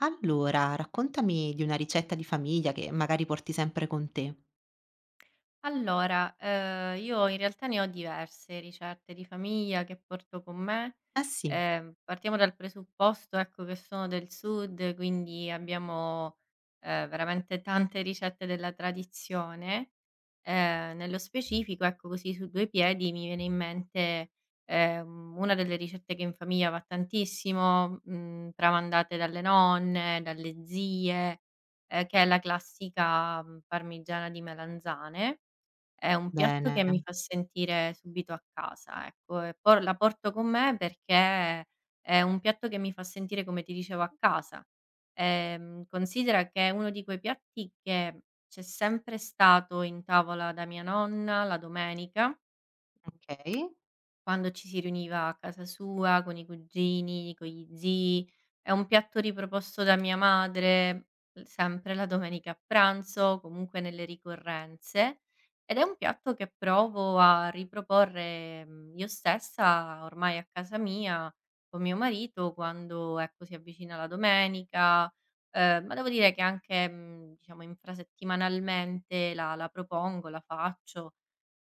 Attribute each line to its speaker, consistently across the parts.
Speaker 1: Allora, raccontami di una ricetta di famiglia che magari porti sempre con te.
Speaker 2: Allora, io in realtà ne ho diverse ricette di famiglia che porto con me.
Speaker 1: Ah sì,
Speaker 2: Partiamo dal presupposto, ecco, che sono del sud, quindi abbiamo, veramente tante ricette della tradizione. Nello specifico, ecco, così su due piedi mi viene in mente, una delle ricette che in famiglia va tantissimo, tramandate dalle nonne, dalle zie, che è la classica, parmigiana di melanzane. È un piatto che mi
Speaker 1: bene,
Speaker 2: fa sentire subito a casa, ecco, e po la porto con me perché è un piatto che mi fa sentire, come ti dicevo, a casa. Considera che è uno di quei piatti che c'è sempre stato in tavola da mia nonna la domenica
Speaker 1: okay,
Speaker 2: quando ci si riuniva a casa sua con i cugini, con gli zii. È un piatto riproposto da mia madre, l sempre la domenica a pranzo, comunque nelle ricorrenze, ed è un piatto che provo a riproporre, io stessa ormai a casa mia con mio marito quando, ecco, si avvicina la domenica, ma devo dire che anche, diciamo infrasettimanalmente la propongo, la faccio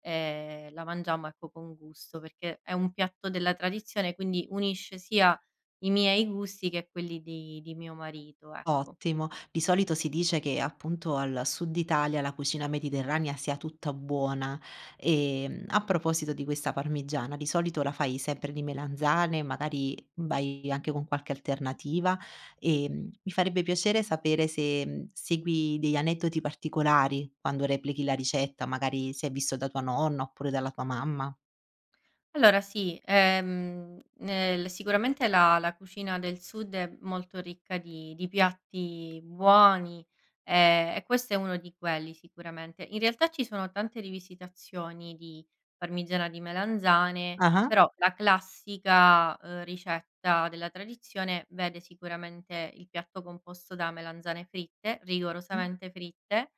Speaker 2: la mangiammo, ecco, con gusto, perché è un piatto della tradizione, quindi unisce sia i miei gusti che quelli di mio marito, ecco.
Speaker 1: ottimo. Di solito si dice che appunto al Sud Italia la cucina mediterranea sia tutta buona. A proposito di questa parmigiana, di solito la fai sempre di melanzane, magari vai anche con qualche alternativa? Mi farebbe piacere sapere se, segui degli aneddoti particolari quando replichi la ricetta, magari se è visto da tua nonna oppure dalla tua mamma.
Speaker 2: Allora, sì, nel sicuramente la cucina del sud è molto ricca di piatti buoni, e questo è uno di quelli sicuramente. In realtà ci sono tante rivisitazioni di parmigiana di melanzane,
Speaker 1: Ah-ah.
Speaker 2: però la classica, ricetta della tradizione vede sicuramente il piatto composto da melanzane fritte,
Speaker 1: Mh-mh.
Speaker 2: rigorosamente fritte.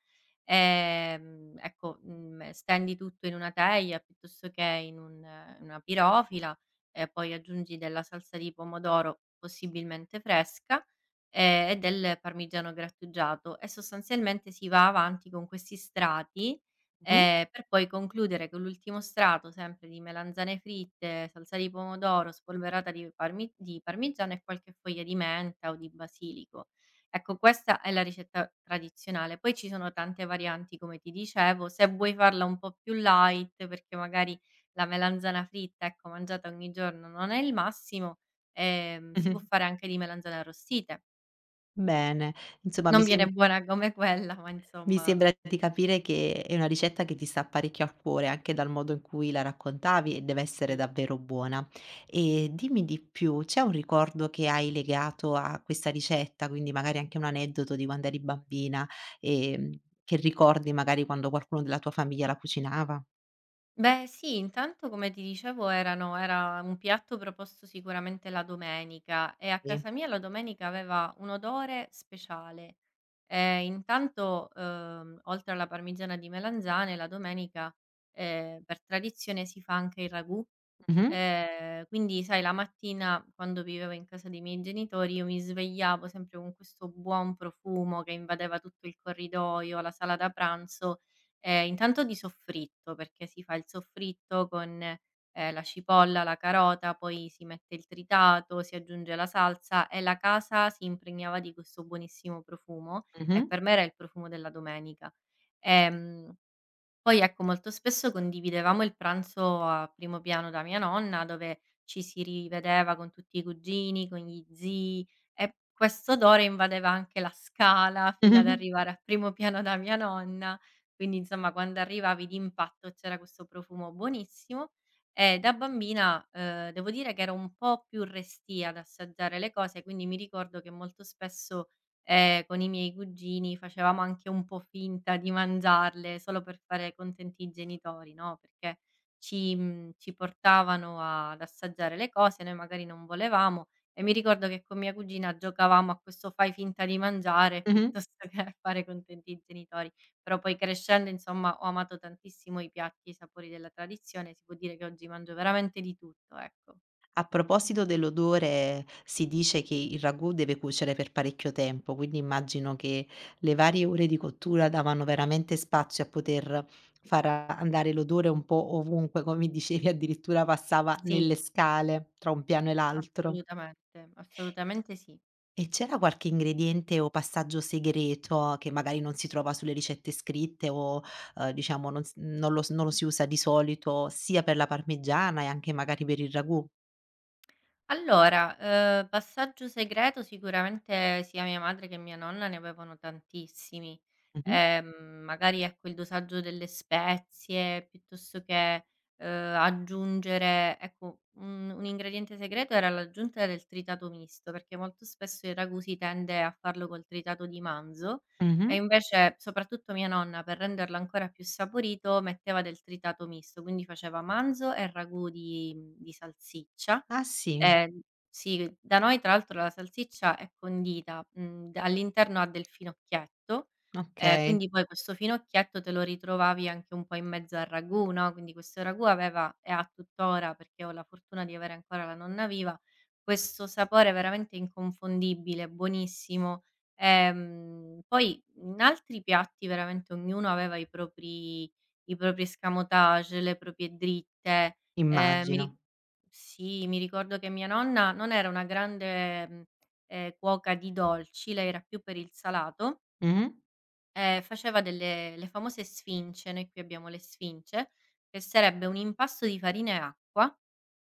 Speaker 2: Ecco, stendi tutto in una teglia piuttosto che in una pirofila e poi aggiungi della salsa di pomodoro, possibilmente fresca, e del parmigiano grattugiato e sostanzialmente si va avanti con questi strati,
Speaker 1: Mh-mh.
Speaker 2: per poi concludere con l'ultimo strato sempre di melanzane fritte, salsa di pomodoro, spolverata di parmigiano e qualche foglia di menta o di basilico. Ecco, questa è la ricetta tradizionale. Poi ci sono tante varianti, come ti dicevo. Se vuoi farla un po' più light, perché magari la melanzana fritta, ecco, mangiata ogni giorno non è il massimo, si può fare anche di melanzane arrostite.
Speaker 1: Bene. Insomma
Speaker 2: Non viene buona come quella, ma
Speaker 1: mi
Speaker 2: insomma
Speaker 1: sembra di capire che è una ricetta che ti sta parecchio a cuore, anche dal modo in cui la raccontavi e deve essere
Speaker 2: sì.
Speaker 1: davvero buona. E dimmi di più, c'è un ricordo che hai legato a questa ricetta, quindi magari anche un aneddoto di quando eri bambina, ehm, che ricordi magari quando qualcuno della tua famiglia la cucinava?
Speaker 2: Beh sì, intanto come ti dicevo era un piatto proposto sicuramente la domenica e a
Speaker 1: Sì.
Speaker 2: casa mia la domenica aveva un odore speciale. Intanto, oltre alla parmigiana di melanzane la domenica, per tradizione si fa anche il ragù.
Speaker 1: Mh-mh.
Speaker 2: Quindi sai la mattina quando vivevo in casa dei miei genitori io mi svegliavo sempre con questo buon profumo che invadeva tutto il corridoio, la sala da pranzo, intanto di soffritto, perché si fa il soffritto con, la cipolla, la carota, poi si mette il tritato, si aggiunge la salsa e la casa si impregnava di questo buonissimo profumo
Speaker 1: Mh-mh.
Speaker 2: e per me era il profumo della domenica. Ehm Poi ecco, molto spesso condividevamo il pranzo a primo piano da mia nonna, dove ci si rivedeva con tutti i cugini, con gli zii e questo odore invadeva anche la scala fino ad
Speaker 1: Mh-mh.
Speaker 2: arrivare a primo piano da mia nonna. Quindi insomma quando arrivavi d'impatto c'era questo profumo buonissimo e da bambina, devo dire che ero un po' più restia ad assaggiare le cose, quindi mi ricordo che molto spesso con i miei cugini facevamo anche un po' finta di mangiarle solo per fare contenti i genitori, no, perché ci portavano ad assaggiare le cose, noi magari non volevamo e mi ricordo che con mia cugina giocavamo a questo fai finta di mangiare
Speaker 1: Mh-mh.
Speaker 2: piuttosto che a fare contenti i genitori. Però poi crescendo, insomma, ho amato tantissimo i piatti e i sapori della tradizione, si può dire che oggi mangio veramente di tutto, ecco.
Speaker 1: A proposito dell'odore, si dice che il ragù deve cuocere per parecchio tempo, quindi immagino che le varie ore di cottura davano veramente spazio a poter far andare l'odore un po' ovunque, come dicevi, addirittura passava
Speaker 2: Sì,
Speaker 1: nelle scale tra un piano e l'altro.
Speaker 2: assolutamente, assolutamente sì.
Speaker 1: E c'era qualche ingrediente o passaggio segreto che magari non si trova sulle ricette scritte o, diciamo non s non lo s non lo si usa di solito, sia per la parmigiana e anche magari per il ragù?
Speaker 2: Allora, passaggio segreto sicuramente sia mia madre che mia nonna ne avevano tantissimi.
Speaker 1: Mh-mh.
Speaker 2: Magari ecco il dosaggio delle spezie, piuttosto che, aggiungere ecco, un ingrediente segreto era l'aggiunta del tritato misto, perché molto spesso il ragù si tende a farlo col tritato di manzo
Speaker 1: Mh-mh.
Speaker 2: e invece, soprattutto mia nonna, per renderlo ancora più saporito metteva del tritato misto, quindi faceva manzo e ragù di salsiccia.
Speaker 1: Ah sì.
Speaker 2: Ehm, sì, da noi tra l'altro la salsiccia è condita, d all'interno ha del finocchietto,
Speaker 1: Okay,
Speaker 2: quindi poi questo finocchietto te lo ritrovavi anche un po' in mezzo al ragù, no, quindi questo ragù aveva e ha tuttora, perché ho la fortuna di avere ancora la nonna viva, questo sapore veramente inconfondibile, buonissimo. Poi in altri piatti veramente ognuno aveva i propri escamotage, le proprie dritte. Mi ri
Speaker 1: immagino.
Speaker 2: Sì, mi ricordo che mia nonna non era una grande, cuoca di dolci, lei era più per il salato,
Speaker 1: Mh-mh.
Speaker 2: e faceva delle le famose sfince, noi qui abbiamo le sfince, che sarebbe un impasto di farina e acqua.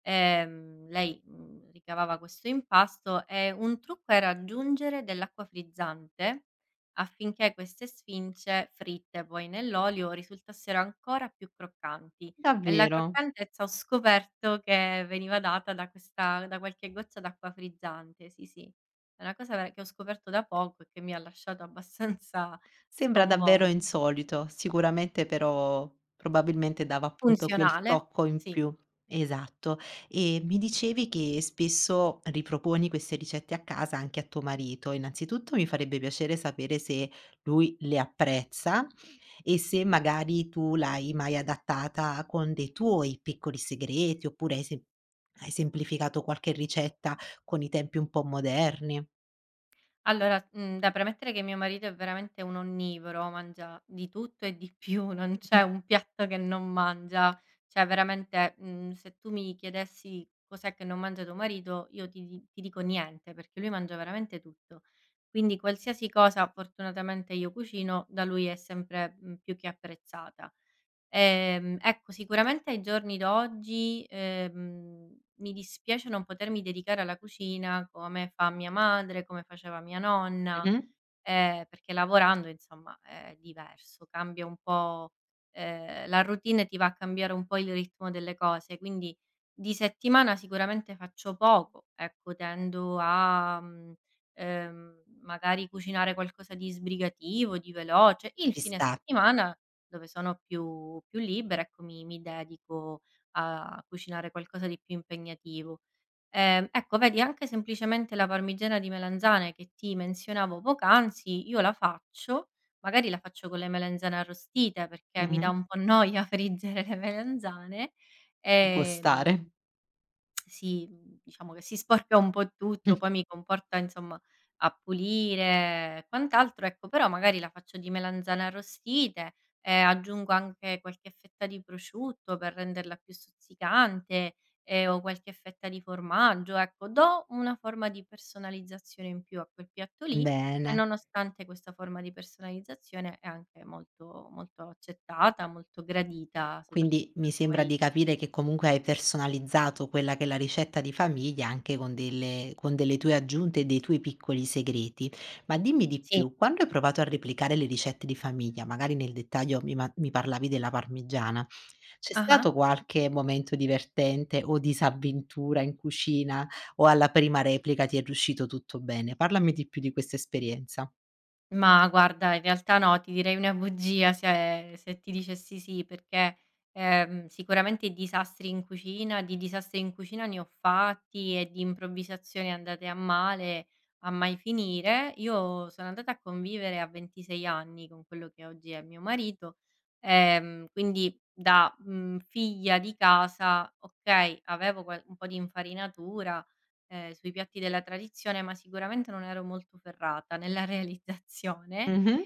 Speaker 2: Lei, ricavava questo impasto e un trucco era aggiungere dell'acqua frizzante affinché queste sfinge, fritte poi nell'olio, risultassero ancora più croccanti e la
Speaker 1: Davvero?
Speaker 2: croccantezza ho scoperto che veniva data da qualche goccia d'acqua frizzante, sì, sì. È una cosa ver che ho scoperto da poco e che mi ha lasciato abbastanza
Speaker 1: Sembra davvero
Speaker 2: sconvolta.
Speaker 1: insolito. Sicuramente però probabilmente dava appunto quel
Speaker 2: Funzionale,
Speaker 1: tocco in
Speaker 2: sì.
Speaker 1: più. Esatto. E mi dicevi che spesso riproponi queste ricette a casa anche a tuo marito. Innanzitutto mi farebbe piacere sapere se lui le apprezza e se magari tu l'hai mai adattata con dei tuoi piccoli segreti oppure hai semplificato qualche ricetta con i tempi un po' moderni.
Speaker 2: Allora, da premettere che mio marito è veramente un onnivoro, mangia di tutto e di più, non c'è un piatto che non mangia. Cioè veramente, se tu mi chiedessi cos'è che non mangia tuo marito, io ti dico niente, perché lui mangia veramente tutto. Quindi qualsiasi cosa fortunatamente io cucino, da lui è sempre, più che apprezzata. Ecco, sicuramente ai giorni d'oggi, mi dispiace non potermi dedicare alla cucina come fa mia madre, come faceva mia nonna.
Speaker 1: Mh-mh.
Speaker 2: Perché lavorando insomma è diverso, cambia un po', la routine ti va a cambiare un po' il ritmo delle cose, quindi di settimana sicuramente faccio poco, ecco tendo a, magari cucinare qualcosa di sbrigativo, di veloce. Il
Speaker 1: Ci
Speaker 2: fine
Speaker 1: sta.
Speaker 2: settimana, dove sono più libera, ecco mi dedico a cucinare qualcosa di più impegnativo. Ecco vedi anche semplicemente la parmigiana di melanzane che ti menzionavo poc'anzi, io la faccio, magari la faccio con le melanzane arrostite perché mi
Speaker 1: Mh-mh.
Speaker 2: dà un po' noia friggere le melanzane,
Speaker 1: Può stare.
Speaker 2: ehm sì, diciamo che si sporca un po' tutto,
Speaker 1: Mh.
Speaker 2: poi mi comporta insomma a pulire e quant'altro, ecco, però magari la faccio di melanzane arrostite e aggiungo anche qualche fetta di prosciutto per renderla più stuzzicante, o qualche fetta di formaggio, ecco, do una forma di personalizzazione in più a quel piatto lì e
Speaker 1: Bene.
Speaker 2: nonostante questa forma di personalizzazione è anche molto molto accettata, molto gradita
Speaker 1: Quindi
Speaker 2: soprattutto da
Speaker 1: mi
Speaker 2: mio
Speaker 1: sembra
Speaker 2: mari
Speaker 1: di capire che comunque hai personalizzato quella che è la ricetta di famiglia anche con delle tue aggiunte e dei tuoi piccoli segreti. Ma dimmi di
Speaker 2: sì.
Speaker 1: più, quando hai provato a replicare le ricette di famiglia, magari nel dettaglio mi parlavi della parmigiana, c'è
Speaker 2: Ah-ah.
Speaker 1: stato qualche momento divertente o disavventura in cucina o alla prima replica ti è riuscito tutto bene? Parlami di più di questa esperienza.
Speaker 2: Ma guarda, in realtà no, ti direi una bugia se ti dicessi sì, perché, sicuramente disastri in cucina di disastri in cucina ne ho fatti e di improvvisazioni andate a male a mai finire. Io sono andata a convivere a 26 anni con quello che oggi è mio marito, quindi da, figlia di casa, okay, avevo qual un po' di infarinatura sui piatti della tradizione, ma sicuramente non ero molto ferrata nella realizzazione.
Speaker 1: Mh-mh.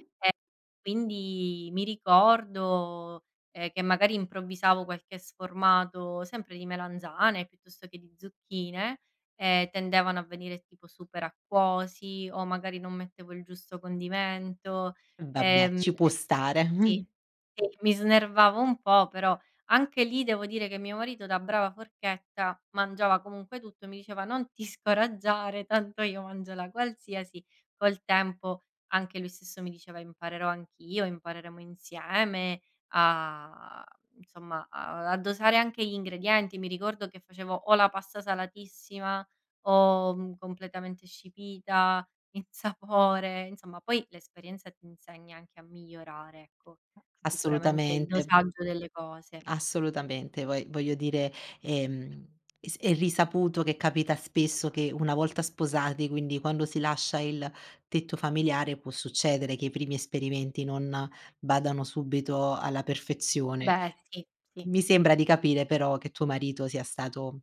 Speaker 2: Quindi mi ricordo, che magari improvvisavo qualche sformato sempre di melanzane piuttosto che di zucchine, e tendevano a venire tipo super acquosi o magari non mettevo il giusto condimento,
Speaker 1: Vabbè,
Speaker 2: ehm
Speaker 1: ci può stare.
Speaker 2: sì, sì, mi snervavo un po', però anche lì devo dire che mio marito da brava forchetta mangiava comunque tutto, mi diceva: "Non ti scoraggiare, tanto io mangio la qualsiasi". Col tempo anche lui stesso mi diceva: "Imparerò anch'io, impareremo insieme a insomma, a dosare anche gli ingredienti". Mi ricordo che facevo o la pasta salatissima o, completamente scipita. Il sapore, insomma poi l'esperienza ti insegna anche a migliorare, ecco, sicuramente il
Speaker 1: Assolutamente,
Speaker 2: dosaggio delle cose.
Speaker 1: assolutamente. Poi voglio dire, ehm, es è risaputo che capita spesso che una volta sposati, quindi quando si lascia il tetto familiare, può succedere che i primi esperimenti non vadano subito alla perfezione.
Speaker 2: Beh sì, sì.
Speaker 1: Mi sembra di capire però che tuo marito sia stato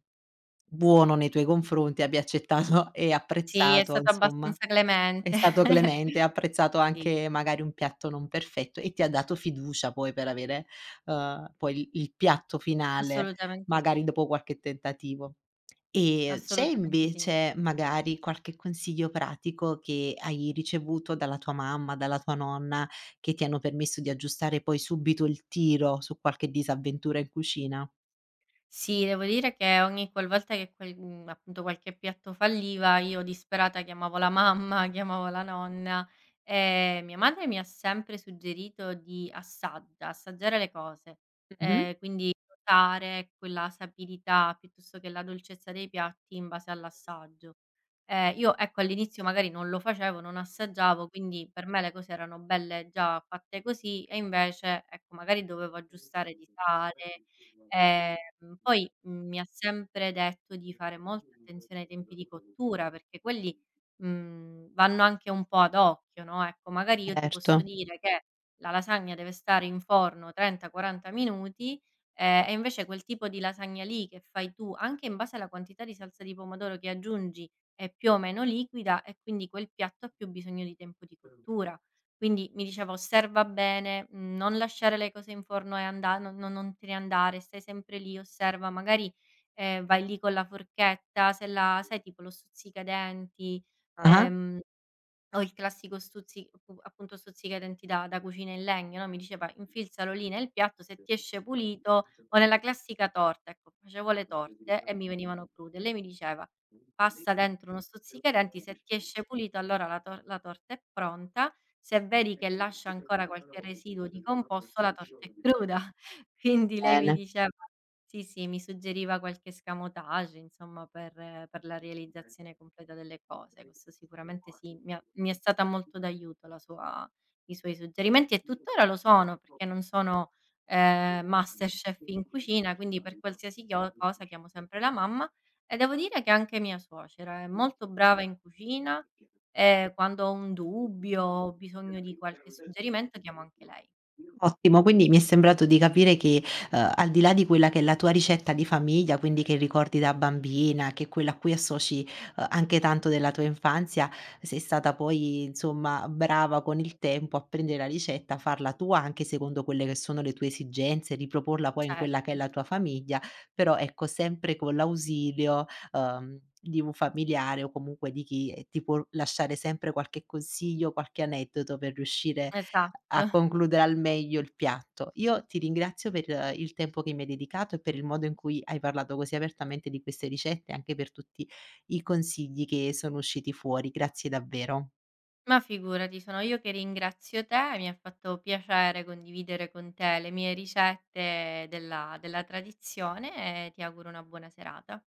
Speaker 1: buono nei tuoi confronti, abbia accettato e
Speaker 2: Sì, è
Speaker 1: apprezzato,
Speaker 2: stato
Speaker 1: insomma.
Speaker 2: abbastanza
Speaker 1: È
Speaker 2: clemente.
Speaker 1: stato clemente, ha apprezzato
Speaker 2: Sì,
Speaker 1: anche magari un piatto non perfetto e ti ha dato fiducia poi per avere, poi il piatto finale,
Speaker 2: assolutamente
Speaker 1: magari
Speaker 2: sì,
Speaker 1: dopo qualche tentativo. E c'è
Speaker 2: assolutamente sì.
Speaker 1: invece magari qualche consiglio pratico che hai ricevuto dalla tua mamma, dalla tua nonna, che ti hanno permesso di aggiustare poi subito il tiro su qualche disavventura in cucina?
Speaker 2: Sì, devo dire che ogni qualvolta che appunto qualche piatto falliva io disperata chiamavo la mamma, chiamavo la nonna, mia madre mi ha sempre suggerito di assaggiare le cose,
Speaker 1: Mh-mh,
Speaker 2: quindi notare quella sapirità piuttosto che la dolcezza dei piatti in base all'assaggio. Io ecco all'inizio magari non lo facevo, non assaggiavo, quindi per me le cose erano belle già fatte così e invece, ecco, magari dovevo aggiustare di sale. Ehm, Poi mi ha sempre detto di fare molta attenzione ai tempi di cottura, perché quelli, vanno anche un po' ad occhio, no, ecco, magari io ti posso
Speaker 1: certo.
Speaker 2: dire che la lasagna deve stare in forno 30, 40 minuti, e invece quel tipo di lasagna lì che fai tu, anche in base alla quantità di salsa di pomodoro che aggiungi, è più o meno liquida e quindi quel piatto ha più bisogno di tempo di cottura. Quindi mi diceva: "Osserva bene, non lasciare le cose in forno e anda non te ne andare, stai sempre lì, osserva, magari, vai lì con la forchetta, se la sai tipo lo stuzzicadenti,
Speaker 1: Ah-ah,
Speaker 2: ehm" O il classico stuzzi appu appunto stuzzicadenti denti da cucina in legno, no, mi diceva: "Infilzalo lì nel piatto, se ti esce pulito" o nella classica torta, ecco, facevo le torte e mi venivano crude e lei mi diceva: "Passa dentro uno stuzzicadenti, se ti esce pulito allora la torta è pronta, se vedi che lascia ancora qualche residuo di composto la torta è cruda". Quindi lei mi
Speaker 1: bene.
Speaker 2: diceva sì, sì, mi suggeriva qualche escamotage, insomma, per la realizzazione completa delle cose. Questo sicuramente sì, mi è stata molto d'aiuto la sua i suoi suggerimenti e tuttora lo sono, perché non sono, MasterChef in cucina, quindi per qualsiasi chio cosa chiamo sempre la mamma e devo dire che anche mia suocera è molto brava in cucina e quando ho un dubbio, ho bisogno di qualche suggerimento, chiamo anche lei.
Speaker 1: Ottimo, quindi mi è sembrato di capire che, al di là di quella che è la tua ricetta di famiglia, quindi che ricordi da bambina, che è quella a cui associ, anche tanto della tua infanzia, sei stata poi insomma brava con il tempo a prendere la ricetta, farla tua anche secondo quelle che sono le tue esigenze, riproporla poi in quella
Speaker 2: Certo,
Speaker 1: che è la tua famiglia, però ecco sempre con l'ausilio, ehm, di un familiare o comunque di chi, ti può lasciare sempre qualche consiglio, qualche aneddoto per riuscire a
Speaker 2: esatto.
Speaker 1: concludere al meglio il piatto. Io ti ringrazio per il tempo che mi hai dedicato e per il modo in cui hai parlato così apertamente di queste ricette, e anche per tutti i consigli che sono usciti fuori. Grazie davvero.
Speaker 2: Ma figurati, sono io che ringrazio te, mi ha fatto piacere condividere con te le mie ricette della tradizione e ti auguro una buona serata.